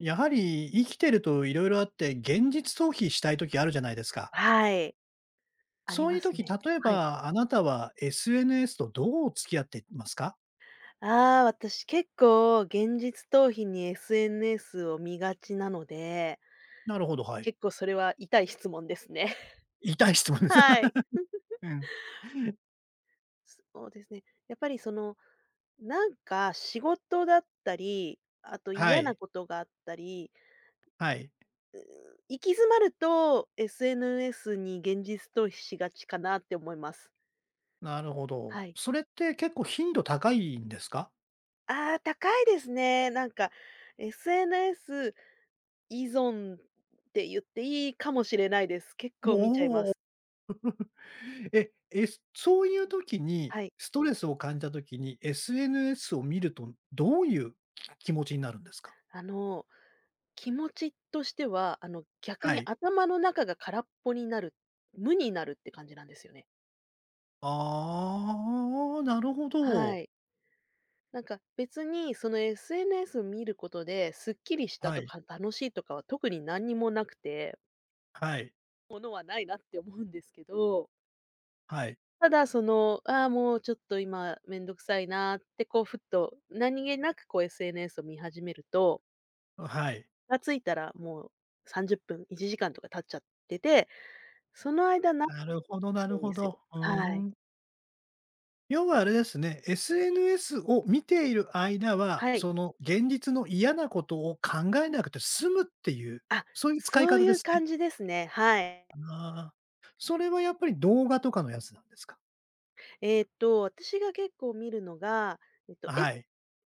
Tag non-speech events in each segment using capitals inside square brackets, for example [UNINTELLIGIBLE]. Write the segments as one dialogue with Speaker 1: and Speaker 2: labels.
Speaker 1: やはり生きてると色々あって、現実逃避したい時あるじゃないですか。
Speaker 2: はい、あり
Speaker 1: そういう
Speaker 2: ます
Speaker 1: 時、
Speaker 2: ね。
Speaker 1: 例え
Speaker 2: はい。
Speaker 1: ばあなたは SNS とどう付き合ってますか？
Speaker 2: ああ、私結構現実逃避に SNS を見がちなので、
Speaker 1: なるほど、はい。
Speaker 2: 結構それは痛い質問ですね。[LAUGHS]
Speaker 1: 痛い質問です。
Speaker 2: はい。
Speaker 1: [LAUGHS]
Speaker 2: そうですね。やっぱりその、なんか仕事だったり、あと
Speaker 1: は
Speaker 2: 嫌な
Speaker 1: い、
Speaker 2: ことがあったり、
Speaker 1: はい。
Speaker 2: 行き詰まると SNS に現実逃避しがちかなって思います。
Speaker 1: なるほ
Speaker 2: は
Speaker 1: ど。
Speaker 2: い。
Speaker 1: それって結構頻度高いんですか？
Speaker 2: ああ、高いですね。なんか SNS 依存って言っていいかもしれないです。結
Speaker 1: お
Speaker 2: 構見ちゃいま
Speaker 1: おー。
Speaker 2: す。
Speaker 1: え、え、そういう時に、
Speaker 2: はい。
Speaker 1: ストレスを感じた時に SNS を見るとどういう気持ちになるんですか？
Speaker 2: あの、気持ちとしては、逆
Speaker 1: は
Speaker 2: に
Speaker 1: い。
Speaker 2: 頭の中が空っぽになる、無になるって感じなんですよね。
Speaker 1: ああ、なるほ
Speaker 2: は
Speaker 1: ど。
Speaker 2: い。なんか別にその SNS を見ることで、すっきりした
Speaker 1: は
Speaker 2: と
Speaker 1: い、
Speaker 2: か楽しいとかは特に何にもなくて、
Speaker 1: はい。
Speaker 2: ものはないなって思うんですけど、
Speaker 1: はい。
Speaker 2: ただその、ああー、もうちょっと今めんどくさいなーってこうふっと何気なくこう SNS を見始めると
Speaker 1: はい。
Speaker 2: がついたら、もう30分、1時間とか経っちゃってて、その間な
Speaker 1: なるほどなる
Speaker 2: [UNINTELLIGIBLE] いん
Speaker 1: ほ
Speaker 2: ですよ。
Speaker 1: ど。うー
Speaker 2: はい。
Speaker 1: ん。要はあれですね、SNS を見ている間は、
Speaker 2: はい。
Speaker 1: その現実の嫌なことを考えなくて済むっていう、
Speaker 2: あ、
Speaker 1: そういう使い
Speaker 2: そう
Speaker 1: 方
Speaker 2: い
Speaker 1: で
Speaker 2: う
Speaker 1: すね。
Speaker 2: 感じですね。はい。
Speaker 1: ああ。それはやっぱり動画とかのやつなんですか？
Speaker 2: 私が結構見るのが、えっと、エ
Speaker 1: はい。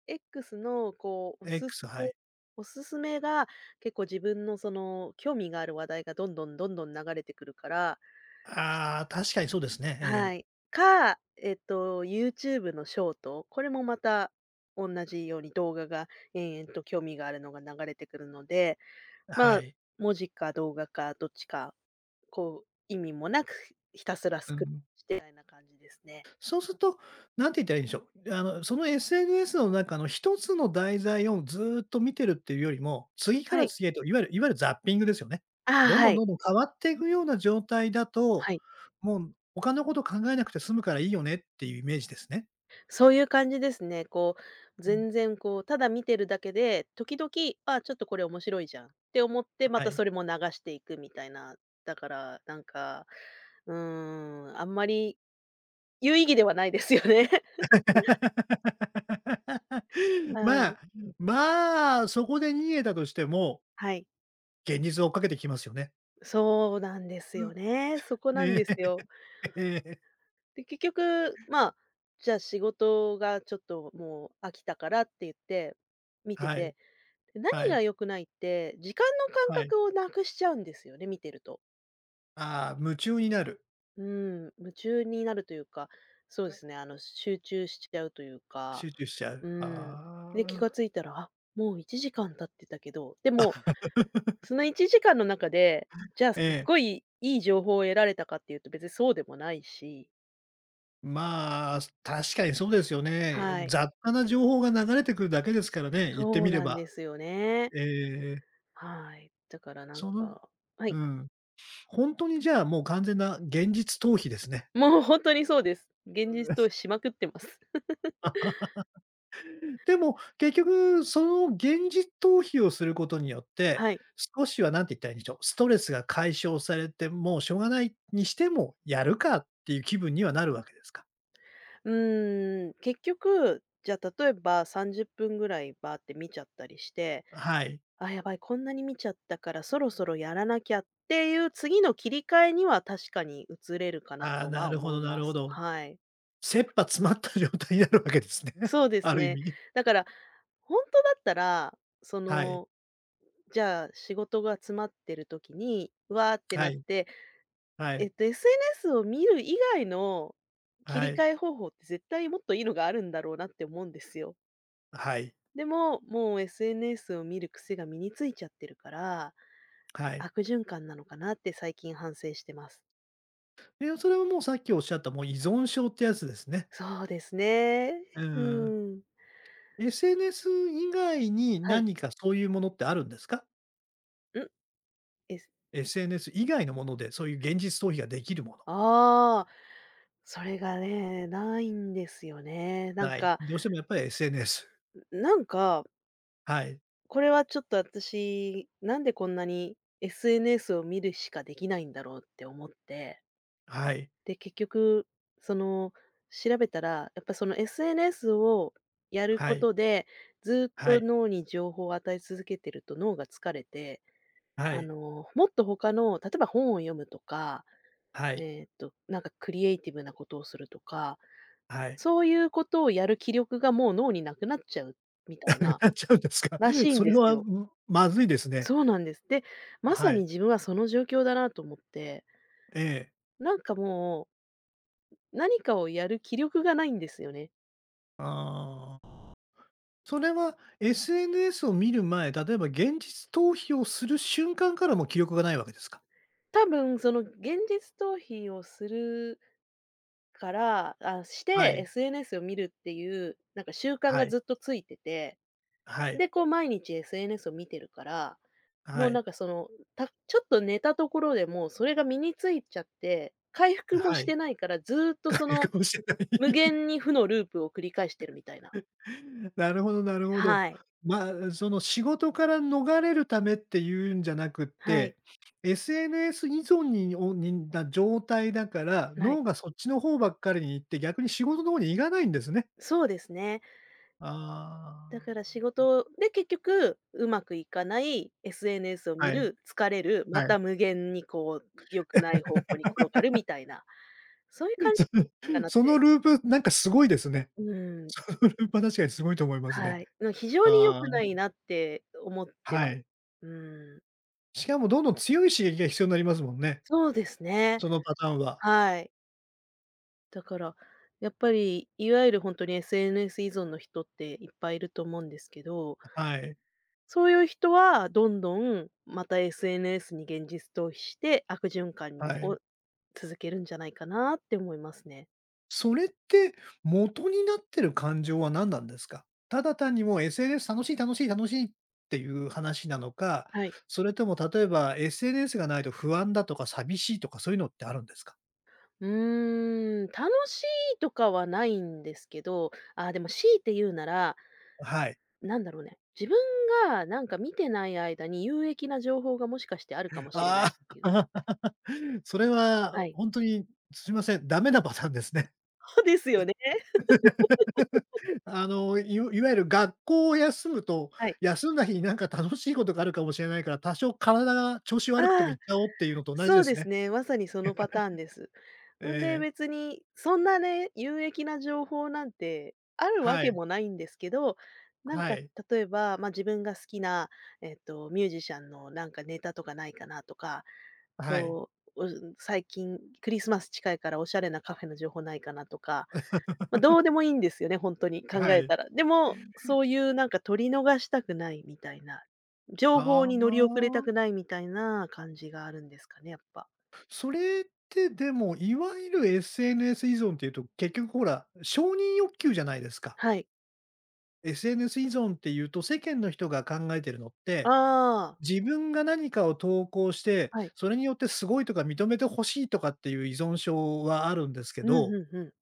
Speaker 2: X のこう、
Speaker 1: X、はい。
Speaker 2: おすすめが、結構自分のその興味がある話題がどんどんどんどん流れてくるから。
Speaker 1: ああ、確かにそうですね。え
Speaker 2: は
Speaker 1: え。
Speaker 2: い。か、YouTube のショート、これもまた同じように動画が延々と興味があるのが流れてくるので、ま
Speaker 1: は
Speaker 2: あ、
Speaker 1: い。
Speaker 2: 文字か動画かどっちか、こう、意味もなくひたすら
Speaker 1: うん。
Speaker 2: してみたいな感じですね。
Speaker 1: そうすると、なんて言ったらいいんでしょう。あの、その SNS の中の一つの題材をずーっと見てるっていうよりも、次か
Speaker 2: は
Speaker 1: ら
Speaker 2: い。
Speaker 1: 次へと、いわゆるザッピングですよね。
Speaker 2: ああ、
Speaker 1: どんど
Speaker 2: は
Speaker 1: んど
Speaker 2: い。
Speaker 1: んどん変わっていくような状態だと、
Speaker 2: はい。
Speaker 1: もう他のこと考えなくて済むからいいよねっていうイメージですね。
Speaker 2: そういう感じですね。こう、
Speaker 1: うん、
Speaker 2: 全然こう、ただ見てるだけで、時々、あ、ちょっとこれ面白いじゃんって思って、ま
Speaker 1: は
Speaker 2: たそ
Speaker 1: い。
Speaker 2: れも流していくみたいな。だから、うーん、あんまり有意義ではないですよね。[LAUGHS]
Speaker 1: [LAUGHS]
Speaker 2: は
Speaker 1: まあ、
Speaker 2: い。
Speaker 1: まあ、そこで逃げたとしても、
Speaker 2: はい。
Speaker 1: 現実を追っかけてきますよね。
Speaker 2: そうなんです
Speaker 1: う
Speaker 2: よ
Speaker 1: ん。
Speaker 2: ね。そこなんですよ。
Speaker 1: ええ
Speaker 2: で、結局、まあ、じゃあ仕事がちょっともう飽きたからって言って、
Speaker 1: [LAUGHS]。
Speaker 2: 見て
Speaker 1: はい、
Speaker 2: て、で何
Speaker 1: はい、
Speaker 2: が良くないって、時間の感
Speaker 1: はい。
Speaker 2: 覚をなくしちゃうんですよね、見てると。
Speaker 1: ああ、夢中になる。
Speaker 2: うん、夢中になるというか、そうですね、集中しちゃうというか、
Speaker 1: 集中しちゃう。
Speaker 2: うん。で、
Speaker 1: あ
Speaker 2: 気が
Speaker 1: あ。
Speaker 2: ついたら、あ、もう1時間経ってたけど、でも、
Speaker 1: [LAUGHS]
Speaker 2: その1時間の中で、じゃあす
Speaker 1: え
Speaker 2: っ
Speaker 1: え。
Speaker 2: ごいいい情報を得られたかっていうと別にそうでもないし、
Speaker 1: まあ、確かにそうですよね。
Speaker 2: はい。
Speaker 1: 雑多な情報が流れてくるだけですからね、言って
Speaker 2: そう
Speaker 1: みれ
Speaker 2: なん
Speaker 1: ば。
Speaker 2: ですよね。
Speaker 1: ええ
Speaker 2: はい。だからなん
Speaker 1: その
Speaker 2: か、は
Speaker 1: う
Speaker 2: い。
Speaker 1: ん。本当にじゃあ、もう完全な現実逃避ですね。
Speaker 2: もう本当にそうです。現実逃避しまくってます。[LAUGHS]
Speaker 1: でも、結局その現実逃避をすることによって、
Speaker 2: はい。
Speaker 1: 少しは何て言ったらいいんでしょう、ストレスが解消されて、もうしょうがないにしても、やるかっていう気分にはなるわけですか？
Speaker 2: うーん、結局、じゃあ例えば30分ぐらいバーって見ちゃったりして、
Speaker 1: はい。
Speaker 2: あ、やばい、こんなに見ちゃったからそろそろやらなきゃっていう次の切り替えには確かに移れるかな
Speaker 1: ああ、
Speaker 2: と
Speaker 1: な
Speaker 2: は
Speaker 1: るほ
Speaker 2: 思い
Speaker 1: どな
Speaker 2: ま
Speaker 1: るほ
Speaker 2: す。
Speaker 1: ど。
Speaker 2: はい。
Speaker 1: 切羽詰まった状態になるわけですね。[LAUGHS]
Speaker 2: そうで
Speaker 1: あ
Speaker 2: す
Speaker 1: る意
Speaker 2: ね。
Speaker 1: 味。
Speaker 2: だから、本当だったら、そ
Speaker 1: はい。
Speaker 2: の、じゃあ仕事が詰まってる時に、わーって
Speaker 1: は
Speaker 2: なっ
Speaker 1: い。
Speaker 2: て、
Speaker 1: はい。
Speaker 2: SNS を見る以外の切
Speaker 1: は
Speaker 2: り
Speaker 1: い。
Speaker 2: 替え方法って絶対もっといいのがあるんだろうなって思うんですよ。
Speaker 1: はい。
Speaker 2: でも、もう SNS を見る癖が身についちゃってるから
Speaker 1: はい。
Speaker 2: 悪循環なのかなって最近反省してます。
Speaker 1: え、それはもうさっきおっしゃったもう依存症ってやつですね。
Speaker 2: そうですね。
Speaker 1: う
Speaker 2: う
Speaker 1: ん。
Speaker 2: ん。
Speaker 1: SNS 以外に
Speaker 2: はい。
Speaker 1: 何かそういうものってあるんですか
Speaker 2: ん？です。
Speaker 1: ？SNS 以外のもので、そういう現実逃避ができるもの。
Speaker 2: ああ、それがね、ないんですよね。なん
Speaker 1: ない。
Speaker 2: か
Speaker 1: どうしてもやっぱり SNS。
Speaker 2: なんか、
Speaker 1: はい。
Speaker 2: これはちょっと私、なんでこんなに SNS を見るしかできないんだろうって思って、
Speaker 1: はい。
Speaker 2: で、結局、その、調べたら、やっぱその SNS をやる
Speaker 1: は
Speaker 2: こ
Speaker 1: い。
Speaker 2: とで、ずっ
Speaker 1: は
Speaker 2: と
Speaker 1: い。
Speaker 2: 脳に情報を与え続けてると脳が疲れて、
Speaker 1: はい。
Speaker 2: もっと他の、例えば本を読むとか、
Speaker 1: はい。
Speaker 2: なんかクリエイティブなことをするとか、
Speaker 1: はい。
Speaker 2: そういうことをやる気力がもう脳になくなっちゃうみ
Speaker 1: [LAUGHS]
Speaker 2: た
Speaker 1: な
Speaker 2: い
Speaker 1: く
Speaker 2: な、
Speaker 1: なっちゃうんですか？
Speaker 2: らし
Speaker 1: [LAUGHS]
Speaker 2: い
Speaker 1: そ
Speaker 2: ん
Speaker 1: れ
Speaker 2: です
Speaker 1: は、
Speaker 2: よ。
Speaker 1: ん、まずいですね。
Speaker 2: そうなんです。で、ま
Speaker 1: は
Speaker 2: さに
Speaker 1: い。
Speaker 2: 自分はその状況だなと思って、
Speaker 1: ええ。
Speaker 2: なんかもう、何かをやる気力がないんですよね。
Speaker 1: ああ。それは SNS を見る前、例えば現実逃避をする瞬間からもう記憶がないわけですか？
Speaker 2: 多分その現実逃避をするから、あ、し
Speaker 1: は
Speaker 2: て
Speaker 1: い。
Speaker 2: SNS を見るっていう、なんか習慣
Speaker 1: は
Speaker 2: が
Speaker 1: い。
Speaker 2: ずっとついてて、
Speaker 1: はい。
Speaker 2: で、こう毎日 SNS を見てるから、も
Speaker 1: は
Speaker 2: うな
Speaker 1: い。
Speaker 2: んかその、ちょっと寝たところでもうそれが身についちゃって、回復も
Speaker 1: は
Speaker 2: し
Speaker 1: い。
Speaker 2: てないから、ずっとその
Speaker 1: [LAUGHS] かもしれない。
Speaker 2: 無限に負のループを繰り返してるみたいな。
Speaker 1: [LAUGHS] なるほどなるほど。
Speaker 2: はい。
Speaker 1: まあ、その仕事から逃れるためっていうんじゃなくっ
Speaker 2: は
Speaker 1: て、
Speaker 2: い。
Speaker 1: SNS 依存にをにな状態だから、
Speaker 2: はい。
Speaker 1: 脳がそっちの方ばっかりに行って、逆に仕事の方に行かないんですね。
Speaker 2: そうですね。だ
Speaker 1: あ
Speaker 2: から
Speaker 1: あ。
Speaker 2: 仕事で結局うまくいかない、SNS を見
Speaker 1: はい、
Speaker 2: る、疲れる、ま
Speaker 1: はい。
Speaker 2: た無限にこう良くない方向に転がるみたいな、そういう感じ
Speaker 1: その
Speaker 2: か
Speaker 1: [LAUGHS]
Speaker 2: なっ
Speaker 1: その
Speaker 2: て。
Speaker 1: ループ、なんかすごいですね。
Speaker 2: う
Speaker 1: [LAUGHS]
Speaker 2: ん。
Speaker 1: そのループは確かにすごいと思いますね。
Speaker 2: はい。の、非常に良
Speaker 1: ああ、
Speaker 2: くないなって思って
Speaker 1: は
Speaker 2: ます。
Speaker 1: い。
Speaker 2: うん。
Speaker 1: しかもどんどん強い刺激が必要になりますもんね。
Speaker 2: そうですね。
Speaker 1: そのパターンは。
Speaker 2: はい。だから、やっぱり、いわゆる本当に SNS 依存の人っていっぱいいると思うんですけど、
Speaker 1: はい、
Speaker 2: そういう人はどんどんまた SNS に現実逃避して悪循
Speaker 1: は
Speaker 2: 環
Speaker 1: い。
Speaker 2: を続けるんじゃないかなって思いますね。
Speaker 1: それって、元になってる感情は何なんですか？ただ単にもう SNS 楽しい楽しい楽しいっていう話なのか、
Speaker 2: はい。
Speaker 1: それとも例えば SNS がないと不安だとか寂しいとかそういうのってあるんですか？
Speaker 2: うーん、楽しいとかはないんですけど、あーでも強いて言うなら
Speaker 1: はい。
Speaker 2: なんだろうね、自分がなんか見てない間に有益な情報がもしかしてあるかもしれないっ
Speaker 1: あ
Speaker 2: ていう。
Speaker 1: あ、[LAUGHS] それは
Speaker 2: はい。
Speaker 1: 本当にすいません、ダメなパターンですね。
Speaker 2: そうですよね。
Speaker 1: [LAUGHS] あの、いわゆる学校を休むと、
Speaker 2: はい。
Speaker 1: 休んだ日になんか楽しいことがあるかもしれないから、多少体が調子悪くても
Speaker 2: ああ、
Speaker 1: 行っちゃおうっていうのと同じ
Speaker 2: そ
Speaker 1: で
Speaker 2: う
Speaker 1: す
Speaker 2: です
Speaker 1: ね。
Speaker 2: ね。まさにそのパターンです。
Speaker 1: え
Speaker 2: ほんで
Speaker 1: え、
Speaker 2: 別に、そんなね、有益な情報なんてあるわ
Speaker 1: は
Speaker 2: け
Speaker 1: い、
Speaker 2: もないんですけど、なん
Speaker 1: は
Speaker 2: か
Speaker 1: い、
Speaker 2: 例えば、まあ、自分が好きな、ミュージシャンのなんかネタとかないかなとか、
Speaker 1: はい、
Speaker 2: こう、お最近クリスマス近いからおしゃれなカフェの情報ないかなとか、まあ、どうでもいいんですよね、本当に、考
Speaker 1: は
Speaker 2: え
Speaker 1: い。
Speaker 2: たら。でも、そういうなんか取り逃したくないみたいな、情報
Speaker 1: は
Speaker 2: に乗り遅れた
Speaker 1: あ。
Speaker 2: くないみたいな感じがあるんですかね、やっぱ。
Speaker 1: それってでも、いわゆる SNS 依存っていうと、結局ほら、承認欲求じゃないですか。
Speaker 2: はい。
Speaker 1: SNS 依存っていうと、世間の人が考えてるのって
Speaker 2: ああ、
Speaker 1: 自分が何かを投稿して、
Speaker 2: はい。
Speaker 1: それによってすごいとか認めてほしいとかっていう依存症はあるんですけ
Speaker 2: うん
Speaker 1: ど、
Speaker 2: うんうん。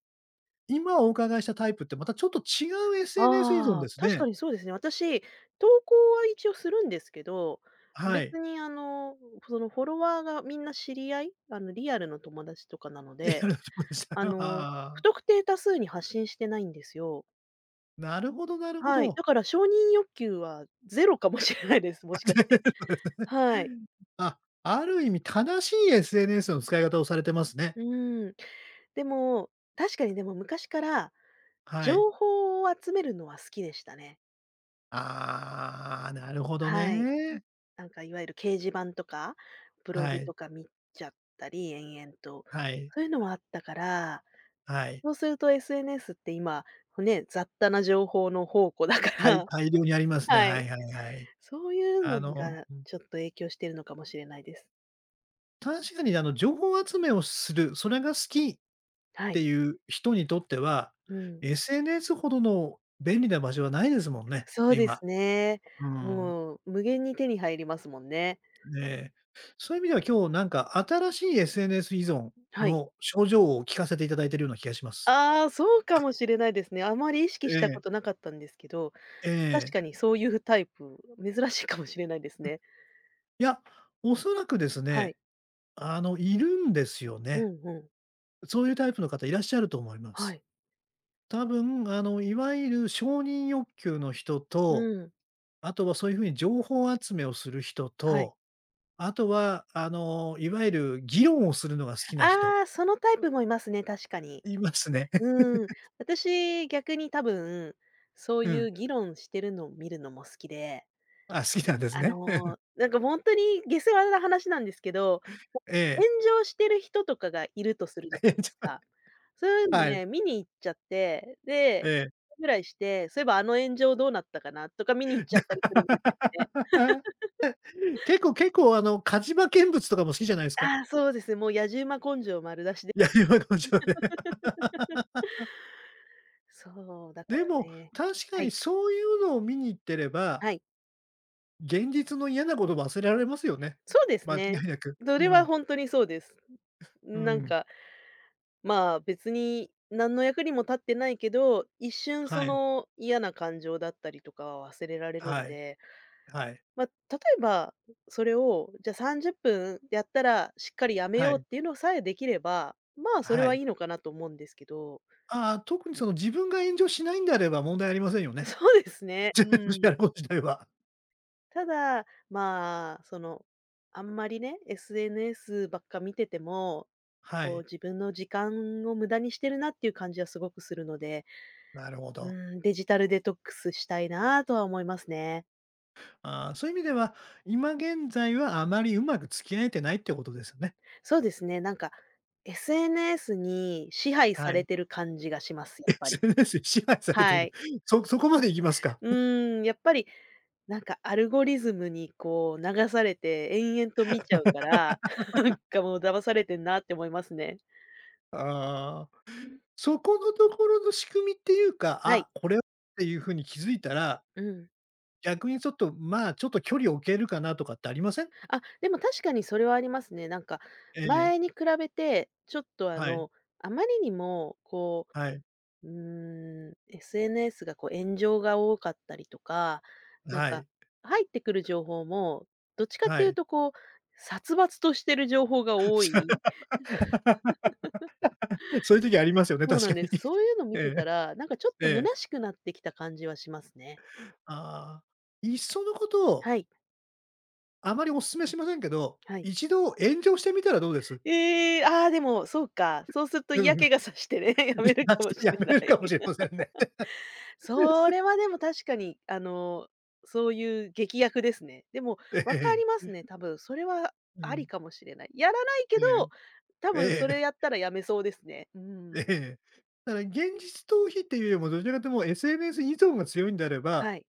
Speaker 1: 今お伺いしたタイプってまたちょっと違う SNS 依存
Speaker 2: あ
Speaker 1: で
Speaker 2: あ、
Speaker 1: す
Speaker 2: 確か
Speaker 1: ね。
Speaker 2: にそうですね。私、投稿は一応するんですけど、
Speaker 1: はい。
Speaker 2: 別にそのフォロワーがみんな知り合い、あのリアルの友達とかなの
Speaker 1: [LAUGHS] リア
Speaker 2: で、
Speaker 1: ルなでした
Speaker 2: あ
Speaker 1: よ。
Speaker 2: の、
Speaker 1: あ
Speaker 2: 不
Speaker 1: あ、
Speaker 2: 特定多数に発信してないんですよ。
Speaker 1: なるほどなるほ
Speaker 2: はい、
Speaker 1: ど。
Speaker 2: だから承認欲求はゼロかもしれないです、もしかして。
Speaker 1: [LAUGHS]
Speaker 2: はい。
Speaker 1: あ、ある意味正しい SNS の使い方をされてますね。
Speaker 2: うん。でも、確かにでも昔から
Speaker 1: はい。
Speaker 2: 情報を集めるのは好きでしたね。
Speaker 1: ああ、なるほど
Speaker 2: はい。
Speaker 1: ね。
Speaker 2: なんかいわゆる掲示板とか、ブロ
Speaker 1: は
Speaker 2: グ
Speaker 1: い、
Speaker 2: とか見ちゃったり、延々と。
Speaker 1: はい、
Speaker 2: そういうのはあったから、
Speaker 1: はい。
Speaker 2: そうすると SNS って今、ね、雑多な情報の宝庫だか
Speaker 1: はい、
Speaker 2: ら、[LAUGHS]
Speaker 1: 大量にありますね。
Speaker 2: は
Speaker 1: は
Speaker 2: い。
Speaker 1: いはいはい。
Speaker 2: そういう
Speaker 1: あ
Speaker 2: の
Speaker 1: の
Speaker 2: がちょっと影響してるのかもしれないです。
Speaker 1: 確かに、あの、情報集めをする、それが好きっ
Speaker 2: は
Speaker 1: て
Speaker 2: い。
Speaker 1: いう人にとっては、
Speaker 2: うん。
Speaker 1: SNS ほどの便利な場所はないですもんね、
Speaker 2: そうで
Speaker 1: 今。
Speaker 2: すね。
Speaker 1: うん。
Speaker 2: もう無限に手に入りますもんね。
Speaker 1: ええ。そういう意味では今日なんか新しい SNS 依存
Speaker 2: はい。
Speaker 1: の症状を聞かせていただいているような気がします。
Speaker 2: ああ、そうかもしれないですね。あまり意識
Speaker 1: え
Speaker 2: したこ
Speaker 1: え、
Speaker 2: となかったんですけど、
Speaker 1: え
Speaker 2: 確
Speaker 1: え。
Speaker 2: かにそういうタイプ、珍しいかもしれないですね。
Speaker 1: いや、おそらくです
Speaker 2: は
Speaker 1: ね、
Speaker 2: い。
Speaker 1: あの、いるんですよ
Speaker 2: う
Speaker 1: ね。
Speaker 2: んうん。
Speaker 1: そういうタイプの方いらっしゃると思いま
Speaker 2: は
Speaker 1: す。
Speaker 2: い。
Speaker 1: 多分、あの、いわゆる承認欲求の人
Speaker 2: う
Speaker 1: と
Speaker 2: ん。
Speaker 1: あとはそういうふうに情報集めをする人
Speaker 2: はい。
Speaker 1: と、あとは、あの、いわゆる議論をするのが好きな人、
Speaker 2: ああ、そのタイプもいますね、確かに。
Speaker 1: いますね。[LAUGHS]
Speaker 2: うん。私、逆に多分、そう
Speaker 1: う
Speaker 2: い
Speaker 1: ん。
Speaker 2: う議論してるのを見るのも好きで、
Speaker 1: あ、好きなんですね。[LAUGHS]
Speaker 2: なんか本当に下世話な話なんですけど、
Speaker 1: え
Speaker 2: 炎
Speaker 1: え。
Speaker 2: 上してる人とかがいるとするじゃ
Speaker 1: [LAUGHS] え
Speaker 2: な
Speaker 1: え、
Speaker 2: いですか。そういうの
Speaker 1: はい、
Speaker 2: ね、見に行っちゃって、
Speaker 1: え
Speaker 2: で、
Speaker 1: え。
Speaker 2: ぐらいして、そういえばあの炎上どうなったかなとか見に行っちゃったりするんですよね。
Speaker 1: [LAUGHS] 結構結構、あの、火事場見物とかも好きじゃないですか？
Speaker 2: ああ、そうですね、もう野じ馬根性丸出し
Speaker 1: [LAUGHS]
Speaker 2: で。
Speaker 1: いやりまこちょね。[LAUGHS]
Speaker 2: そう、だか
Speaker 1: で
Speaker 2: ら
Speaker 1: も、
Speaker 2: ね、
Speaker 1: 確か
Speaker 2: は
Speaker 1: に
Speaker 2: い、
Speaker 1: そういうのを見に行ってれば、
Speaker 2: はい。
Speaker 1: 現実の嫌なこと忘れられますよね。
Speaker 2: そうです
Speaker 1: 間違
Speaker 2: ね。
Speaker 1: いなく。
Speaker 2: そ
Speaker 1: う
Speaker 2: れは
Speaker 1: ん、
Speaker 2: ほんとにそうです。
Speaker 1: う
Speaker 2: なん
Speaker 1: ん。
Speaker 2: か、まあ、別に何の役にも立ってないけど、一瞬そ
Speaker 1: はい、
Speaker 2: の嫌な感情だったりとかは忘れられるん
Speaker 1: はい、
Speaker 2: で、
Speaker 1: はい、
Speaker 2: ま、例えば、それを、じゃ、30分やったらしっかりやめ
Speaker 1: は
Speaker 2: ようっ
Speaker 1: い、
Speaker 2: ていうのさえできれば、まあ、それ
Speaker 1: は
Speaker 2: は
Speaker 1: い。
Speaker 2: いいのかなと思うんですけど。[LAUGHS]
Speaker 1: ああ、特にその自分が炎上しないんであれば問題ありませんよね。
Speaker 2: そうです
Speaker 1: [LAUGHS]
Speaker 2: ね、う
Speaker 1: 全然や
Speaker 2: ん。
Speaker 1: ること自体は。
Speaker 2: ただ、まあ、その、あんまりね、SNS ばっか見てても、
Speaker 1: は
Speaker 2: こう
Speaker 1: い。
Speaker 2: 自分の時間を無駄にしてるなっていう感じはすごくするので、
Speaker 1: なるほ
Speaker 2: う
Speaker 1: ど。
Speaker 2: ーデジタルデトックスしたいなとは思いますね。
Speaker 1: ああ、そういう意味では、今現在はあまりうまく付き合えてないってことですよね。
Speaker 2: そうですね、なんか、SNS に支配さ
Speaker 1: は
Speaker 2: れ
Speaker 1: い。
Speaker 2: てる感じがします、
Speaker 1: [LAUGHS]
Speaker 2: やっぱり。
Speaker 1: SNS に支配されてい
Speaker 2: は
Speaker 1: る。
Speaker 2: い。
Speaker 1: そこまで行きますか。
Speaker 2: やっぱり、なんかアルゴリズムにこう流されて延々と見ちゃうから、[LAUGHS] なんかもう騙されてんなって思いますね。
Speaker 1: [LAUGHS] ああ、そこのところの仕組みっていうか、
Speaker 2: はい。
Speaker 1: あ、これっていうふうに気づいたら、
Speaker 2: うん。
Speaker 1: 逆にちょっと、まあ、ちょっと距離を置けるかなとかってありません？
Speaker 2: あ、でも確かにそれはありますね。なんか、
Speaker 1: え
Speaker 2: 前
Speaker 1: え。
Speaker 2: に比べて、ちょっとあ
Speaker 1: はい。
Speaker 2: の、あまりにもこ
Speaker 1: はい。
Speaker 2: う、SNS がこう炎上が多かったりとか、なん
Speaker 1: は
Speaker 2: か、
Speaker 1: い。
Speaker 2: 入ってくる情報も、どっちかっ
Speaker 1: は
Speaker 2: ていう
Speaker 1: い。
Speaker 2: とこう、殺伐としてる情報が多い。
Speaker 1: [LAUGHS] [LAUGHS] そういう時ありますよね、
Speaker 2: そう
Speaker 1: 確
Speaker 2: な
Speaker 1: か
Speaker 2: んで
Speaker 1: に。
Speaker 2: す。そういうの
Speaker 1: [LAUGHS] え
Speaker 2: 見てた
Speaker 1: え、
Speaker 2: ら、なんかちょっ
Speaker 1: え
Speaker 2: と
Speaker 1: え。
Speaker 2: 虚しくなってきた感じはしますね。
Speaker 1: ああ、いっそのことを、
Speaker 2: はい、
Speaker 1: あまりお勧めしませんけど、
Speaker 2: はい。
Speaker 1: 一度炎上してみたらどうです？
Speaker 2: ええ、ああ、でも、そうか。そうすると
Speaker 1: う
Speaker 2: 嫌
Speaker 1: ん
Speaker 2: 気がさしてね、
Speaker 1: [LAUGHS]
Speaker 2: [LAUGHS] や
Speaker 1: 出
Speaker 2: めるか
Speaker 1: し
Speaker 2: もし
Speaker 1: てや
Speaker 2: れ
Speaker 1: め
Speaker 2: な
Speaker 1: れる
Speaker 2: い。
Speaker 1: かもしれませんね。
Speaker 2: [LAUGHS] それはでも確かに、あの、そういう劇薬ですね。でも
Speaker 1: [LAUGHS]
Speaker 2: わか
Speaker 1: え
Speaker 2: りま
Speaker 1: え。
Speaker 2: すね、多分。それは
Speaker 1: う
Speaker 2: あ
Speaker 1: ん。
Speaker 2: りかもしれない。やらないけ
Speaker 1: え
Speaker 2: ど、
Speaker 1: え。
Speaker 2: 多分
Speaker 1: え
Speaker 2: それ
Speaker 1: え。
Speaker 2: やったらやめそうですね。うん。
Speaker 1: ええ。だから現実逃避っていうよりも、どちらかというともう SNS 依存が強いんであれば、
Speaker 2: はい。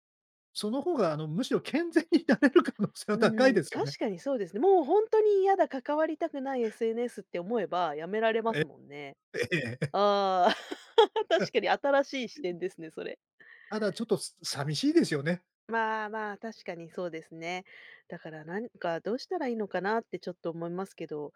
Speaker 1: その方があの、むしろ健全になれる可能性は
Speaker 2: う
Speaker 1: 高いで
Speaker 2: ん、
Speaker 1: すよね。
Speaker 2: 確かにそうですね。もう本当に嫌だ、関わりたくない SNS って思えばやめられま
Speaker 1: え
Speaker 2: すもんね。
Speaker 1: え。ええ。
Speaker 2: ああ、[LAUGHS] 確か
Speaker 1: [LAUGHS]
Speaker 2: に新しい視点ですね、それ。
Speaker 1: ただちょっと、寂しいですよね。
Speaker 2: まあまあ、確かにそうですね。だからなんかどうしたらいいのかなってちょっと思いますけど、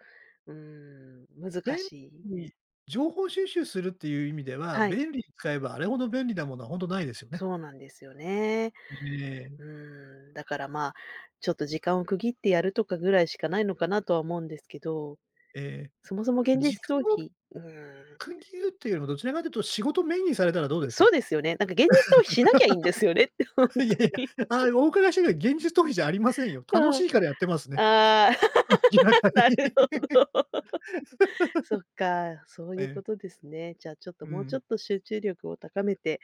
Speaker 2: 難
Speaker 1: 便
Speaker 2: しい。
Speaker 1: 利に情報収集するっていう意味では、
Speaker 2: はい、
Speaker 1: 便利に使えばあれほど便利なものはほんとないですよね。
Speaker 2: そうなんですよね。
Speaker 1: ええ、
Speaker 2: うだからまあ、ちょっと時間を区切ってやるとかぐらいしかないのかなとは思うんですけど、
Speaker 1: ええ、
Speaker 2: そもそも現
Speaker 1: 時
Speaker 2: 実
Speaker 1: 間
Speaker 2: 逃
Speaker 1: を
Speaker 2: 避、うーん、
Speaker 1: 区切るっていうよりも、どちらかというと仕事メインにされたらどうです？
Speaker 2: そうですよね。なんか現実逃避しなきゃいいんですよねって、[LAUGHS] 本当
Speaker 1: [LAUGHS] いやい
Speaker 2: に。
Speaker 1: や、ああ、お伺いしてるけど、現実逃避じゃありませんよ。楽
Speaker 2: う
Speaker 1: し
Speaker 2: ん。
Speaker 1: いからやってますね、
Speaker 2: ああ、
Speaker 1: 明らか
Speaker 2: [LAUGHS]
Speaker 1: に。
Speaker 2: なるほ
Speaker 1: [LAUGHS]
Speaker 2: ど。そっか、そう
Speaker 1: え
Speaker 2: いう
Speaker 1: え、
Speaker 2: ことですね。じゃあちょっと
Speaker 1: う
Speaker 2: もうちょ
Speaker 1: ん、
Speaker 2: っと集中力を高めて、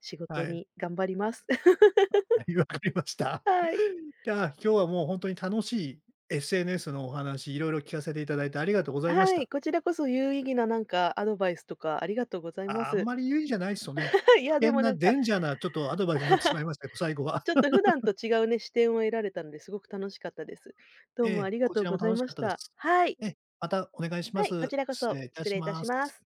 Speaker 2: 仕事
Speaker 1: はい、
Speaker 2: に頑張ります。[LAUGHS]
Speaker 1: はい、わかりました。
Speaker 2: はい。
Speaker 1: いや、今日はもうほんとに楽しい SNS のお話、色々聞かせていただいてありがとうございまし
Speaker 2: はい、
Speaker 1: た。
Speaker 2: こちらこそ有意義ななんかアドバイスとかありがとうございま
Speaker 1: あ、あん
Speaker 2: す。
Speaker 1: まり有意義じゃないですよね。
Speaker 2: [LAUGHS] いや、
Speaker 1: 危
Speaker 2: で
Speaker 1: 険
Speaker 2: も
Speaker 1: な
Speaker 2: なん
Speaker 1: デ
Speaker 2: か、
Speaker 1: ンジャーなちょっとアドバイスになってしまいましたけど、最後は。
Speaker 2: ちょっ
Speaker 1: [LAUGHS]
Speaker 2: と普段と違うね、視点を得られたのですごく楽しかったです。ど
Speaker 1: え
Speaker 2: うもあ
Speaker 1: え、
Speaker 2: りが
Speaker 1: こ
Speaker 2: と
Speaker 1: ち
Speaker 2: う
Speaker 1: ら
Speaker 2: ご
Speaker 1: も
Speaker 2: ざい
Speaker 1: 楽し
Speaker 2: ま
Speaker 1: かっ
Speaker 2: し
Speaker 1: たで
Speaker 2: た。
Speaker 1: す。
Speaker 2: はい。
Speaker 1: ええ、またお願いしま
Speaker 2: はい、こ
Speaker 1: す。
Speaker 2: ちらこ
Speaker 1: 失
Speaker 2: そ
Speaker 1: 礼いた
Speaker 2: 失
Speaker 1: し
Speaker 2: 礼いた
Speaker 1: ま
Speaker 2: しま
Speaker 1: す。
Speaker 2: す。